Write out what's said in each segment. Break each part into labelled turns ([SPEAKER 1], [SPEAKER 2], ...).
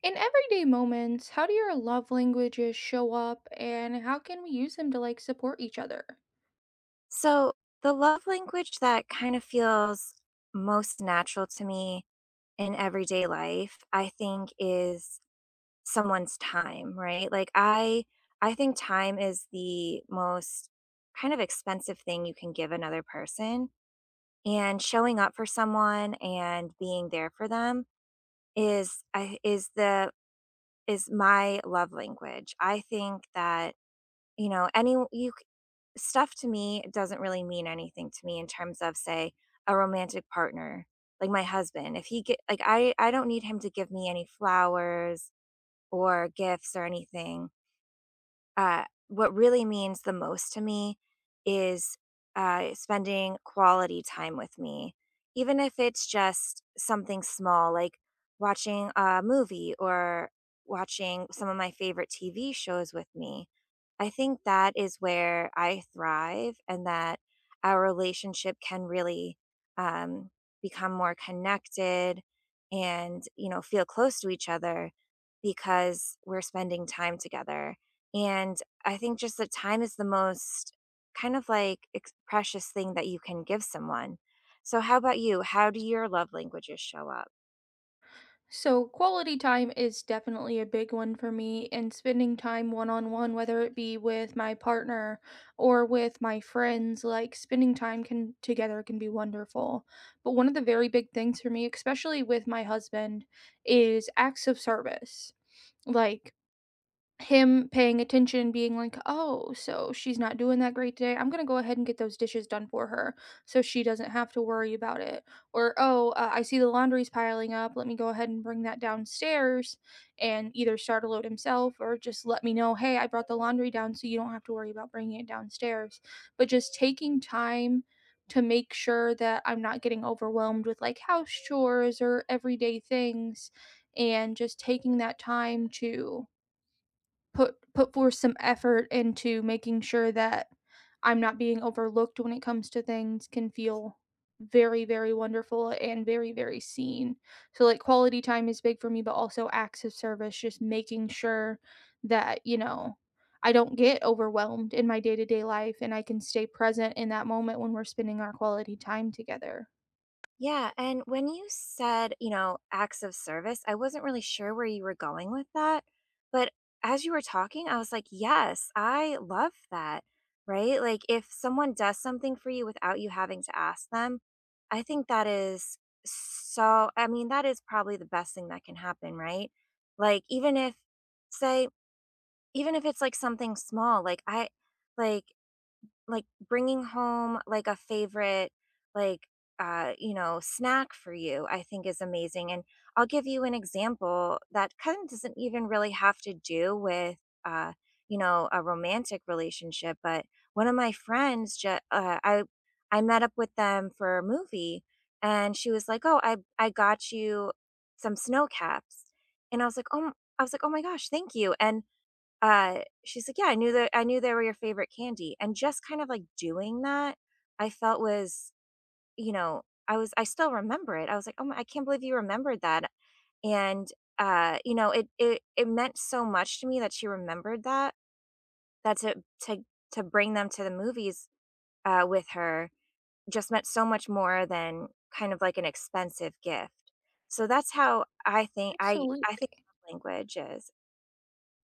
[SPEAKER 1] In everyday moments, how do your love languages show up and how can we use them to like support each other?
[SPEAKER 2] So, the love language that kind of feels most natural to me in everyday life, I think is someone's time, right? Like I think time is the most kind of expensive thing you can give another person, and showing up for someone and being there for them is I is the is my love language. I think that, you know, any you c stuff to me doesn't really mean anything to me in terms of, say, a romantic partner, like my husband. If he get like I don't need him to give me any flowers or gifts or anything. What really means the most to me is spending quality time with me, even if it's just something small like watching a movie or watching some of my favorite TV shows with me. I think that is where I thrive and that our relationship can really um, become more connected and, you know, feel close to each other because we're spending time together. And I think just that time is the most kind of like precious thing that you can give someone. So, how about you? How do your love languages show up?
[SPEAKER 1] So, quality time is definitely a big one for me, and spending time one on one, whether it be with my partner or with my friends, like spending time can together can be wonderful. But one of the very big things for me, especially with my husband, is acts of service. Like him paying attention, being like, "Oh, so she's not doing that great today. I'm gonna go ahead and get those dishes done for her, so she doesn't have to worry about it." Or, "Oh, I see the laundry's piling up. Let me go ahead and bring that downstairs, and either start a load himself or just let me know, hey, I brought the laundry down, so you don't have to worry about bringing it downstairs." But just taking time to make sure that I'm not getting overwhelmed with like house chores or everyday things, and just taking that time to put forth some effort into making sure that I'm not being overlooked when it comes to things can feel very very wonderful and very very seen. So like quality time is big for me but also acts of service, just making sure that, you know, I don't get overwhelmed in my day-to-day life and I can stay present in that moment when we're spending our quality time together.
[SPEAKER 2] Yeah, and when you said, you know, acts of service, I wasn't really sure where you were going with that, but as you were talking, I was like, "Yes, I love that." Right? Like if someone does something for you without you having to ask them, I think that is that is probably the best thing that can happen, right? Like even if say even if it's like something small, like like bringing home like a favorite like snack for you, I think is amazing. And I'll give you an example that kind of doesn't even really have to do with uh you know, a romantic relationship, but one of my friends ju- I met up with them for a movie, and she was like, "Oh, I got you some snow caps." And I was like, "Oh my gosh, thank you." And she's like, "Yeah, I knew they were your favorite candy." And just kind of, like, doing that, I felt was, you know, I still remember it. I was like, "Oh my, I can't believe you remembered that." And, you know, it meant so much to me that she remembered that, that to to to bring them to the movies, with her, just meant so much more than kind of like an expensive gift. So that's how I think I
[SPEAKER 1] Absolutely.
[SPEAKER 2] I think love language is.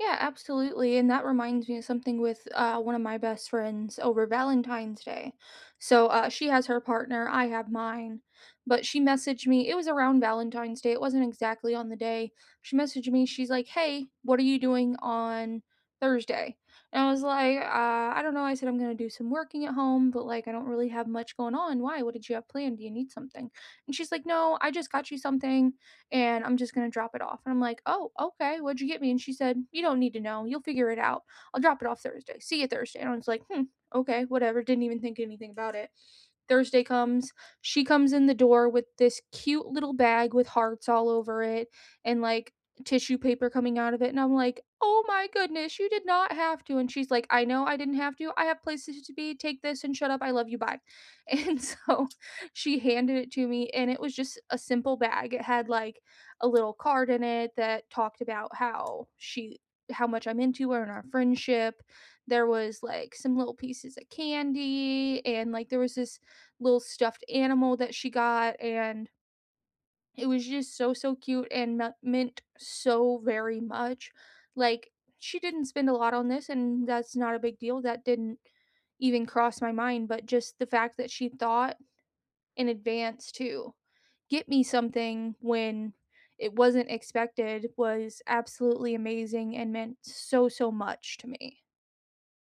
[SPEAKER 1] Yeah, absolutely. And that reminds me of something with one of my best friends over Valentine's Day. So she has her partner, I have mine. But she messaged me, it was around Valentine's Day, it wasn't exactly on the day. She messaged me, she's like, "Hey, what are you doing on Thursday?" And I was like, "I don't know." I said, "I'm going to do some working at home, but like, I don't really have much going on. Why? What did you have planned? Do you need something?" And she's like, "No, I just got you something and I'm just gonna drop it off." And I'm like, "Oh, okay, what'd you get me?" And she said, "You don't need to know. You'll figure it out. I'll drop it off Thursday. See you Thursday." And I was like, "Hmm, okay, whatever." Didn't even think anything about it. Thursday comes. She comes in the door with this cute little bag with hearts all over it and like tissue paper coming out of it. And I'm like, "Oh my goodness, you did not have to." And she's like, "I know I didn't have to. I have places to be. Take this and shut up. I love you. Bye." And so she handed it to me. And it was just a simple bag. It had like a little card in it that talked about how she how much I'm into her and our friendship. There was like some little pieces of candy and like there was this little stuffed animal that she got, and it was just so, so cute and mea meant so very much. Like, she didn't spend a lot on this, and that's not a big deal. That didn't even cross my mind, but just the fact that she thought in advance to get me something when it wasn't expected was absolutely amazing and meant so, so much to me.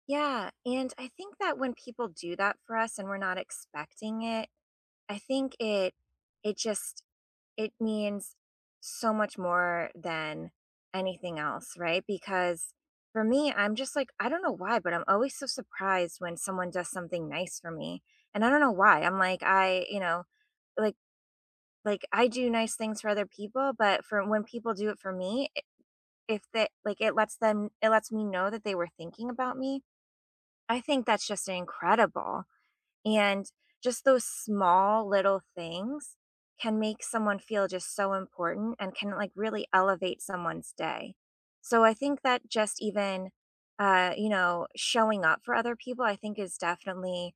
[SPEAKER 2] Yeah, and I think that when people do that for us and we're not expecting it, I think it it just it means so much more than anything else, right? Because for me, I'm just like, I don't know why, but I'm always so surprised when someone does something nice for me. And I don't know why. I'm like, I, you know, like like I do nice things for other people, but for when people do it for me, if that like it lets them it lets me know that they were thinking about me. I think that's just incredible, and just those small little things can make someone feel just so important and can, like, really elevate someone's day. So I think that just even, you know, showing up for other people, I think is definitely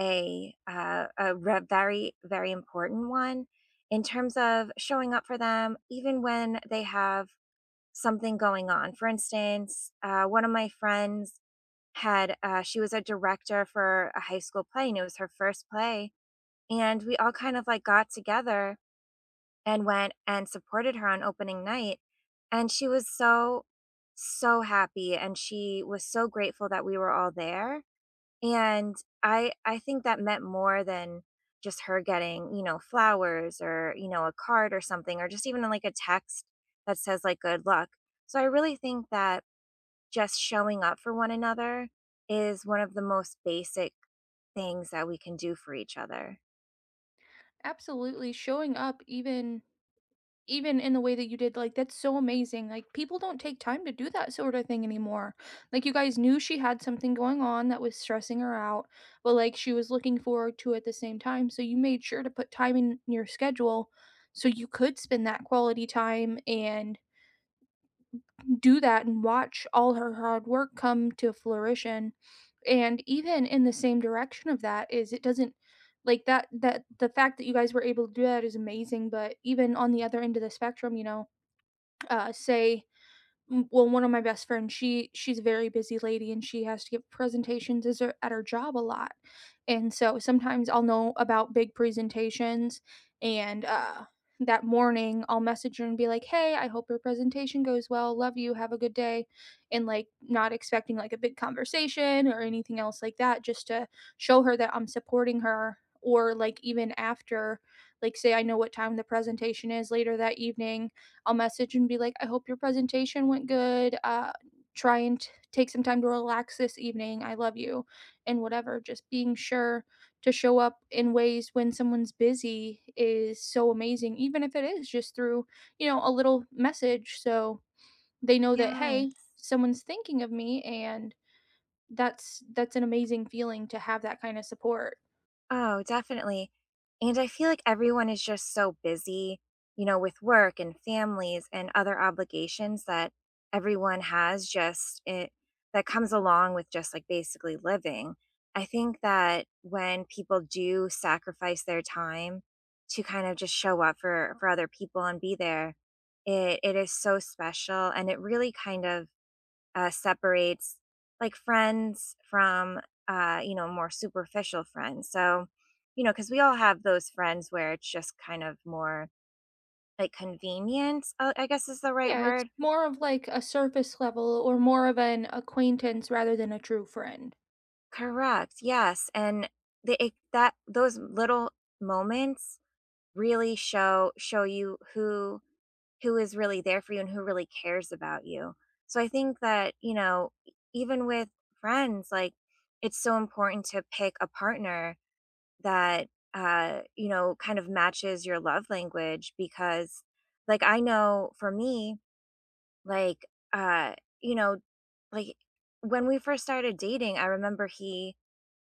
[SPEAKER 2] a re very, very important one in terms of showing up for them even when they have something going on. For instance, one of my friends had, she was a director for a high school play, and it was her first play, and we all kind of, like, got together and went and supported her on opening night, and she was so, so happy, and she was so grateful that we were all there, and I think that meant more than just her getting, you know, flowers or, you know, a card or something, or just even, like, a text that says, like, "Good luck." So I really think that just showing up for one another is one of the most basic things that we can do for each other.
[SPEAKER 1] Absolutely, showing up even in the way that you did, like, that's so amazing, like, people don't take time to do that sorta thing anymore. Like, you guys knew she had something going on that was stressing her out, but, like, she was looking forward to it at the same time, so you made sure to put time in your schedule so you could spend that quality time and do that and watch all her hard work come to fruition. And even in the same direction of that is it doesn't, like, that the fact that you guys were able to do that is amazing, but even on the other end of the spectrum, you know, uh say well, one of my best friends, she's a very busy lady and she has to give presentations is her- at her job a lot, and so sometimes I'll know about big presentations, and that morning I'll message her and be like, "Hey, I hope your presentation goes well. Love you. Have a good day." And like not expecting like a big conversation or anything else like that, just to show her that I'm supporting her. Or like even after, like say I know what time the presentation is later that evening, I'll message and be like, "I hope your presentation went good. Try and t- take some time to relax this evening. I love you." And whatever. Just being sure to show up in ways when someone's busy is so amazing, even if it is just through, you know, a little message. So they know that,
[SPEAKER 2] Yeah.
[SPEAKER 1] hey, someone's thinking of me, and that's an amazing feeling to have that kind of support.
[SPEAKER 2] Oh, definitely. And I feel like everyone is just so busy, you know, with work and families and other obligations that everyone has just it that comes along with just like basically living. I think that when people do sacrifice their time to kind of just show up for other people and be there, it is so special and it really kind of separates like friends from you know, more superficial friends. So you know, because we all have those friends where it's just kind of more like convenient. I guess is the right
[SPEAKER 1] Yeah, it's
[SPEAKER 2] word.
[SPEAKER 1] more of like a surface level or more of an acquaintance rather than a true friend.
[SPEAKER 2] Correct. Yes, and that those little moments really show you who is really there for you and who really cares about you. So I think that, you know, even with friends, like it's so important to pick a partner that, you know, kind of matches your love language because, like, I know for me, like, uh, you know, like when we first started dating, I remember he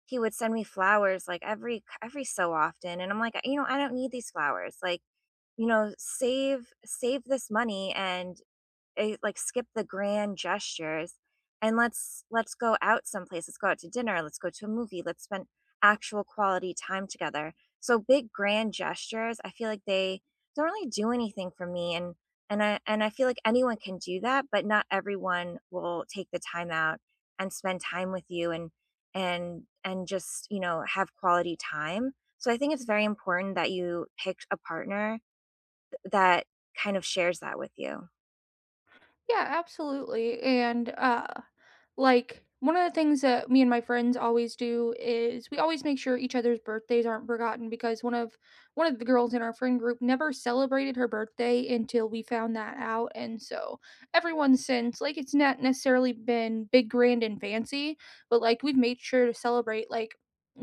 [SPEAKER 2] he would send me flowers like every so often, and I'm like, you know, I don't need these flowers. Like, you know, save this money and like, skip the grand gestures and let's go out someplace. Let's go out to dinner. Let's go to a movie. Let's spend actual quality time together. So big grand gestures, I feel like they don't really do anything for me, and I feel like anyone can do that, but not everyone will take the time out and spend time with you, and just, you know, have quality time. So I think it's very important that you pick a partner that kind of shares that with you.
[SPEAKER 1] Yeah, absolutely. And like, one of the things that me and my friends always do is we always make sure each other's birthdays aren't forgotten, because one of the girls in our friend group never celebrated her birthday until we found that out, and so everyone since, like, it's not necessarily been big grand and fancy, but like we've made sure to celebrate. Like,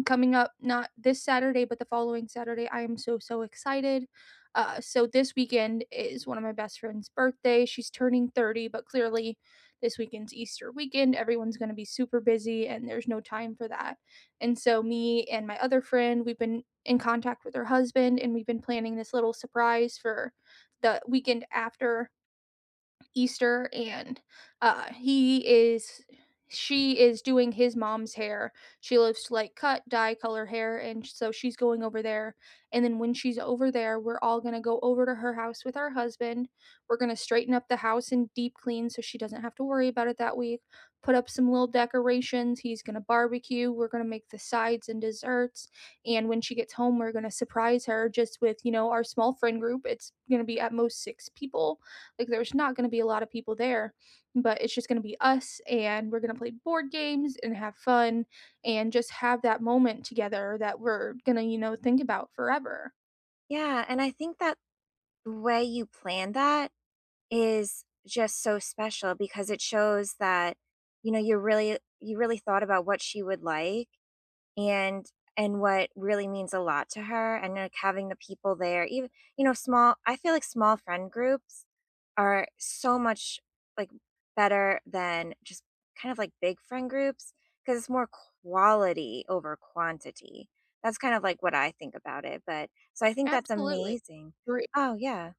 [SPEAKER 1] coming up not this Saturday but the following Saturday, I am so so excited. So this weekend is one of my best friend's birthday. She's turning 30, but clearly this weekend's Easter weekend. Everyone's going to be super busy and there's no time for that. And so, me and my other friend, we've been in contact with her husband and we've been planning this little surprise for the weekend after Easter. And he is she is doing his mom's hair. She loves to like cut, dye, color hair, and so she's going over there. And then when she's over there, we're all going to go over to her house with our husband. We're going to straighten up the house and deep clean so she doesn't have to worry about it that week. Put up some little decorations. He's going to barbecue. We're going to make the sides and desserts. And when she gets home, we're going to surprise her, just with, you know, our small friend group. It's going to be at most six people. Like, there's not gonna be a lot of people there, but it's just gonna be us, and we're gonna play board games and have fun and just have that moment together that we're gonna, you know, think about forever.
[SPEAKER 2] Yeah, and I think that the way you plan that is just so special because it shows that, you know, you really thought about what she would like and and what really means a lot to her, and like having the people there. Even you know, small, I feel like small friend groups are so much like better than just kind of like big friend groups, because it's more quality over quantity. That's kind of like what I think about it. But so I think that's
[SPEAKER 1] Absolutely.
[SPEAKER 2] amazing.
[SPEAKER 1] Agree.
[SPEAKER 2] Oh yeah,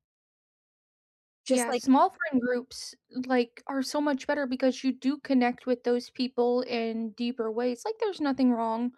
[SPEAKER 2] just
[SPEAKER 1] Yeah,
[SPEAKER 2] like
[SPEAKER 1] small friend groups, like, are so much better because you do connect with those people in deeper ways. Like, there's nothing wrong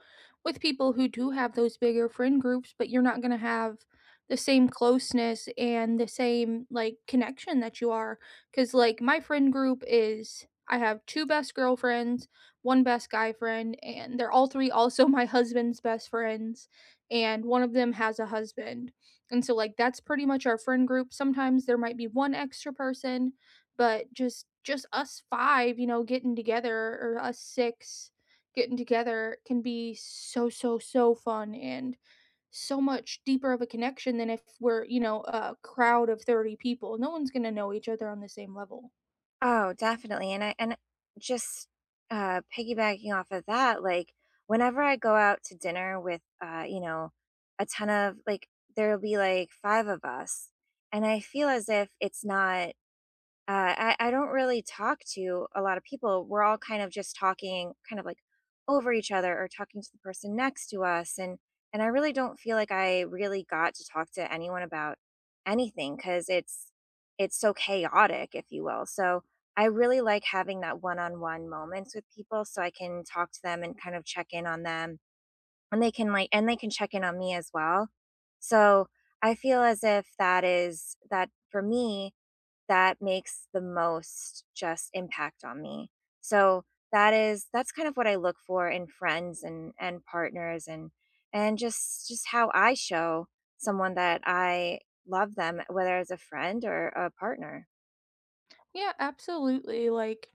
[SPEAKER 1] with people who do have those bigger friend groups, but you're not going to have the same closeness and the same, like, connection that you are. Because, like, my friend group is I have two best girlfriends, one best guy friend, and they're all three also my husband's best friends. And one of them has a husband. And so, like, that's pretty much our friend group. Sometimes there might be one extra person, but just us five, you know, getting together or us six getting together can be so so so fun and so much deeper of a connection than if we're, you know, a crowd of 30 people. No one's going to know each other on the same level.
[SPEAKER 2] oh, definitely, and I and just, piggybacking off of that, like, whenever I go out to dinner with, you know, a ton of like, there'll be, like, 5 of us, and I feel as if it's not I don't really talk to a lot of people. We're all kind of just talking kind of, like, over each other or talking to the person next to us, and I really don't feel like I really got to talk to anyone about anything because it's so chaotic, if you will. So I really like having that one-on-one moments with people so I can talk to them and kind of check in on them, and they can check in on me as well. So, I feel as if that for me, that makes the most just impact on me. So that's kind of what I look for in friends and partners, and just how I show someone that I love them, whether as a friend or a partner.
[SPEAKER 1] Yeah, absolutely. Like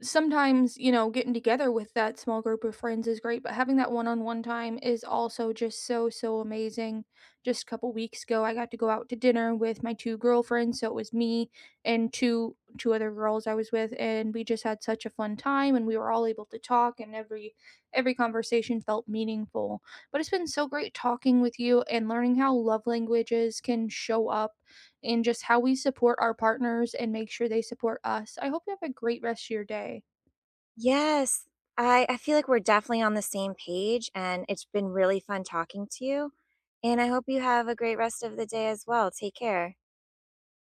[SPEAKER 1] sometimes, you know, getting together with that small group of friends is great, but having that one-on-one time is also just so, so amazing. Just a couple weeks ago, I got to go out to dinner with my two girlfriends, so it was me and 2 other girls I was with, and we just had such a fun time, and we were all able to talk, and every conversation felt meaningful. But it's been so great talking with you and learning how love languages can show up and just how we support our partners and make sure they support us. I hope you have a great rest of your day.
[SPEAKER 2] Yes. I feel like we're definitely on the same page, and it's been really fun talking to you. And I hope you have a great rest of the day as well. Take care.